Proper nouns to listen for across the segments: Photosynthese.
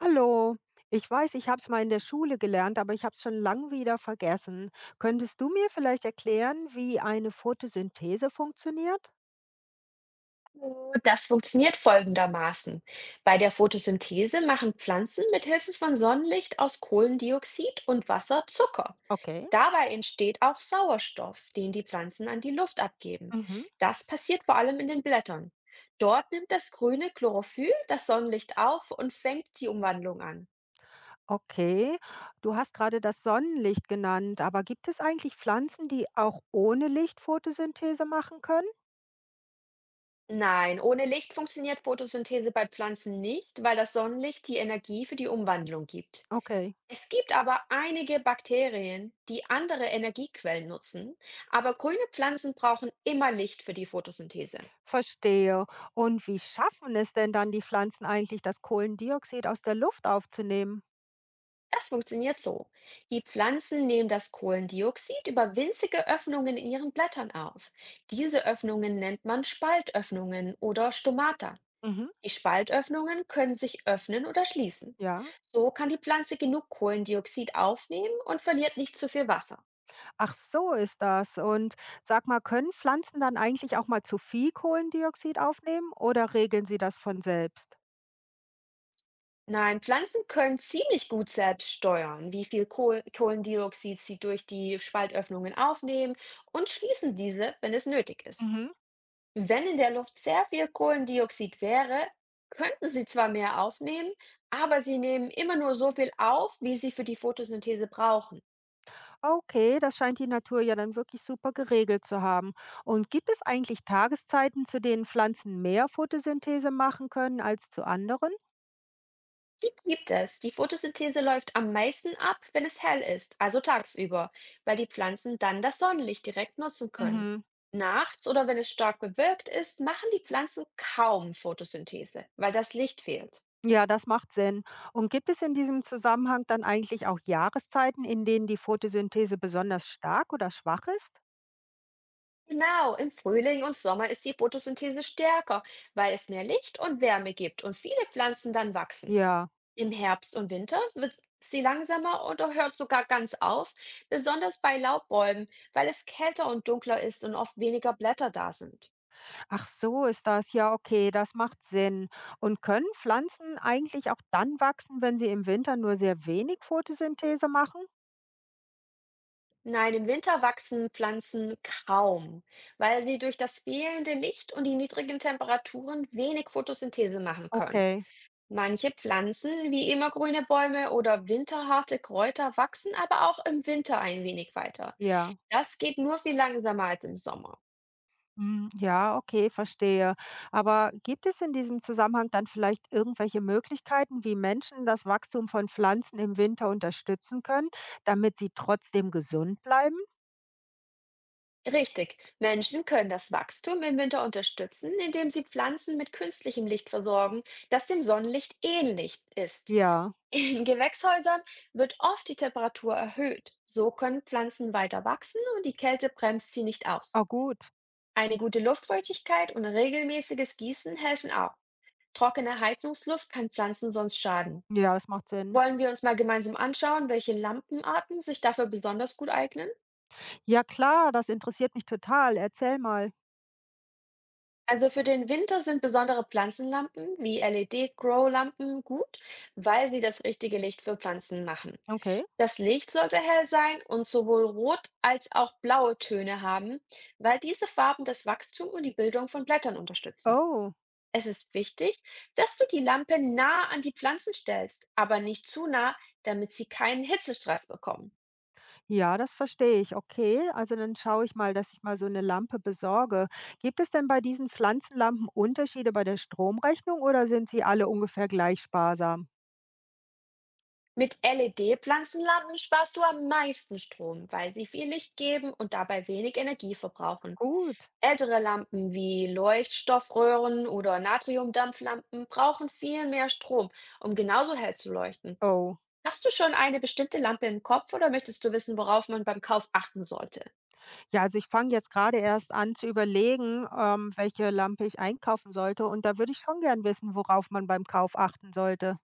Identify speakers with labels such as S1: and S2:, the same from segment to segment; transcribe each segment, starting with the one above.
S1: Hallo, ich weiß, ich habe es mal in der Schule gelernt, aber ich habe es schon lang wieder vergessen. Könntest du mir vielleicht erklären, wie eine Photosynthese funktioniert?
S2: Das funktioniert folgendermaßen. Bei der Photosynthese machen Pflanzen mit Hilfe von Sonnenlicht aus Kohlendioxid und Wasser Zucker.
S1: Okay.
S2: Dabei entsteht auch Sauerstoff, den die Pflanzen an die Luft abgeben.
S1: Mhm.
S2: Das passiert vor allem in den Blättern. Dort nimmt das grüne Chlorophyll das Sonnenlicht auf und fängt die Umwandlung an.
S1: Okay, du hast gerade das Sonnenlicht genannt, aber gibt es eigentlich Pflanzen, die auch ohne Licht Photosynthese machen können?
S2: Nein, ohne Licht funktioniert Photosynthese bei Pflanzen nicht, weil das Sonnenlicht die Energie für die Umwandlung gibt.
S1: Okay,
S2: Es gibt aber einige Bakterien, die andere Energiequellen nutzen, aber grüne Pflanzen brauchen immer Licht für die Photosynthese.
S1: verstehe. Und wie schaffen es denn dann die Pflanzen eigentlich, das Kohlendioxid aus der Luft aufzunehmen?
S2: Das funktioniert so. Die Pflanzen nehmen das Kohlendioxid über winzige Öffnungen in ihren Blättern auf. Diese Öffnungen nennt man Spaltöffnungen oder Stomata.
S1: Mhm.
S2: Die Spaltöffnungen können sich öffnen oder schließen.
S1: Ja.
S2: So kann die Pflanze genug Kohlendioxid aufnehmen und verliert nicht zu viel Wasser.
S1: Ach so ist das. Und sag mal, können Pflanzen dann eigentlich auch mal zu viel Kohlendioxid aufnehmen oder regeln sie das von selbst?
S2: Nein, Pflanzen können ziemlich gut selbst steuern, wie viel Kohlendioxid sie durch die Spaltöffnungen aufnehmen und schließen diese, wenn es nötig ist.
S1: Mhm.
S2: Wenn in der Luft sehr viel Kohlendioxid wäre, könnten sie zwar mehr aufnehmen, aber sie nehmen immer nur so viel auf, wie sie für die Photosynthese brauchen.
S1: Okay, das scheint die Natur ja dann wirklich super geregelt zu haben. Und gibt es eigentlich Tageszeiten, zu denen Pflanzen mehr Photosynthese machen können als zu anderen?
S2: Die gibt es. Die Photosynthese läuft am meisten ab, wenn es hell ist, also tagsüber, weil die Pflanzen dann das Sonnenlicht direkt nutzen können.
S1: Mhm.
S2: Nachts oder wenn es stark bewölkt ist, machen die Pflanzen kaum Photosynthese, weil das Licht fehlt.
S1: Ja, das macht Sinn. Und gibt es in diesem Zusammenhang dann eigentlich auch Jahreszeiten, in denen die Photosynthese besonders stark oder schwach ist?
S2: Genau, im Frühling und Sommer ist die Photosynthese stärker, weil es mehr Licht und Wärme gibt und viele Pflanzen dann wachsen.
S1: Ja.
S2: Im Herbst und Winter wird sie langsamer oder hört sogar ganz auf, besonders bei Laubbäumen, weil es kälter und dunkler ist und oft weniger Blätter da sind.
S1: Ach so ist das. Ja, okay, das macht Sinn. Und können Pflanzen eigentlich auch dann wachsen, wenn sie im Winter nur sehr wenig Photosynthese machen?
S2: Nein, im Winter wachsen Pflanzen kaum, weil sie durch das fehlende Licht und die niedrigen Temperaturen wenig Photosynthese machen können.
S1: Okay,
S2: Manche Pflanzen, wie immergrüne Bäume oder winterharte Kräuter, wachsen aber auch im Winter ein wenig weiter.
S1: ja.
S2: Das geht nur viel langsamer als im Sommer.
S1: Hm, ja, okay, verstehe. Aber gibt es in diesem Zusammenhang dann vielleicht irgendwelche Möglichkeiten, wie Menschen das Wachstum von Pflanzen im Winter unterstützen können, damit sie trotzdem gesund bleiben?
S2: Richtig. Menschen können das Wachstum im Winter unterstützen, indem sie Pflanzen mit künstlichem Licht versorgen, das dem Sonnenlicht ähnlich ist.
S1: Ja,
S2: In Gewächshäusern wird oft die Temperatur erhöht. So können Pflanzen weiter wachsen und die Kälte bremst sie nicht
S1: ah
S2: aus.
S1: gut.
S2: Eine gute Luftfeuchtigkeit und regelmäßiges Gießen helfen auch. Trockene Heizungsluft kann Pflanzen sonst schaden.
S1: Ja, das macht Sinn.
S2: Wollen wir uns mal gemeinsam anschauen, welche Lampenarten sich dafür besonders gut eignen?
S1: Ja, klar, das interessiert mich total. Erzähl mal.
S2: Also für den Winter sind besondere Pflanzenlampen wie LED-Grow-Lampen gut, weil sie das richtige Licht für Pflanzen machen.
S1: Okay.
S2: Das Licht sollte hell sein und sowohl rot als auch blaue Töne haben, weil diese Farben das Wachstum und die Bildung von Blättern unterstützen.
S1: Oh.
S2: Es ist wichtig, dass du die Lampe nah an die Pflanzen stellst, aber nicht zu nah, damit sie keinen Hitzestress bekommen.
S1: Ja, das verstehe ich. Okay, also dann schaue ich mal, dass ich mal so eine Lampe besorge. Gibt es denn bei diesen Pflanzenlampen Unterschiede bei der Stromrechnung oder sind sie alle ungefähr gleich sparsam?
S2: Mit LED-Pflanzenlampen sparst du am meisten Strom, weil sie viel Licht geben und dabei wenig Energie verbrauchen.
S1: Gut.
S2: Ältere Lampen wie Leuchtstoffröhren oder Natriumdampflampen brauchen viel mehr Strom, um genauso hell zu leuchten.
S1: Oh.
S2: Hast du schon eine bestimmte Lampe im Kopf oder möchtest du wissen, worauf man beim Kauf achten sollte?
S1: Ja, also ich fange jetzt gerade erst an zu überlegen, welche Lampe ich einkaufen sollte und da würde ich schon gern wissen, worauf man beim Kauf achten sollte.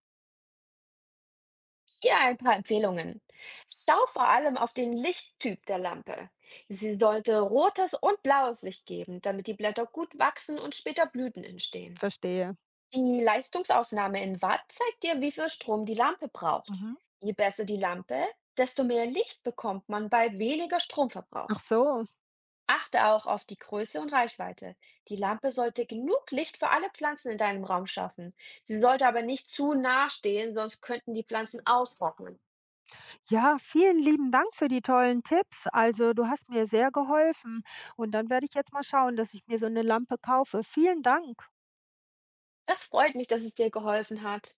S2: Hier ein paar Empfehlungen. Schau vor allem auf den Lichttyp der Lampe. Sie sollte rotes und blaues Licht geben, damit die Blätter gut wachsen und später Blüten entstehen.
S1: Verstehe.
S2: Die Leistungsaufnahme in Watt zeigt dir, wie viel Strom die Lampe braucht.
S1: Mhm.
S2: Je besser die Lampe, desto mehr Licht bekommt man bei weniger Stromverbrauch.
S1: Ach so.
S2: Achte auch auf die Größe und Reichweite. Die Lampe sollte genug Licht für alle Pflanzen in deinem Raum schaffen. Sie sollte aber nicht zu nah stehen, sonst könnten die Pflanzen austrocknen.
S1: Ja, vielen lieben Dank für die tollen Tipps. Also, du hast mir sehr geholfen und dann werde ich jetzt mal schauen, dass ich mir so eine Lampe kaufe. Vielen Dank.
S2: Das freut mich, dass es dir geholfen hat.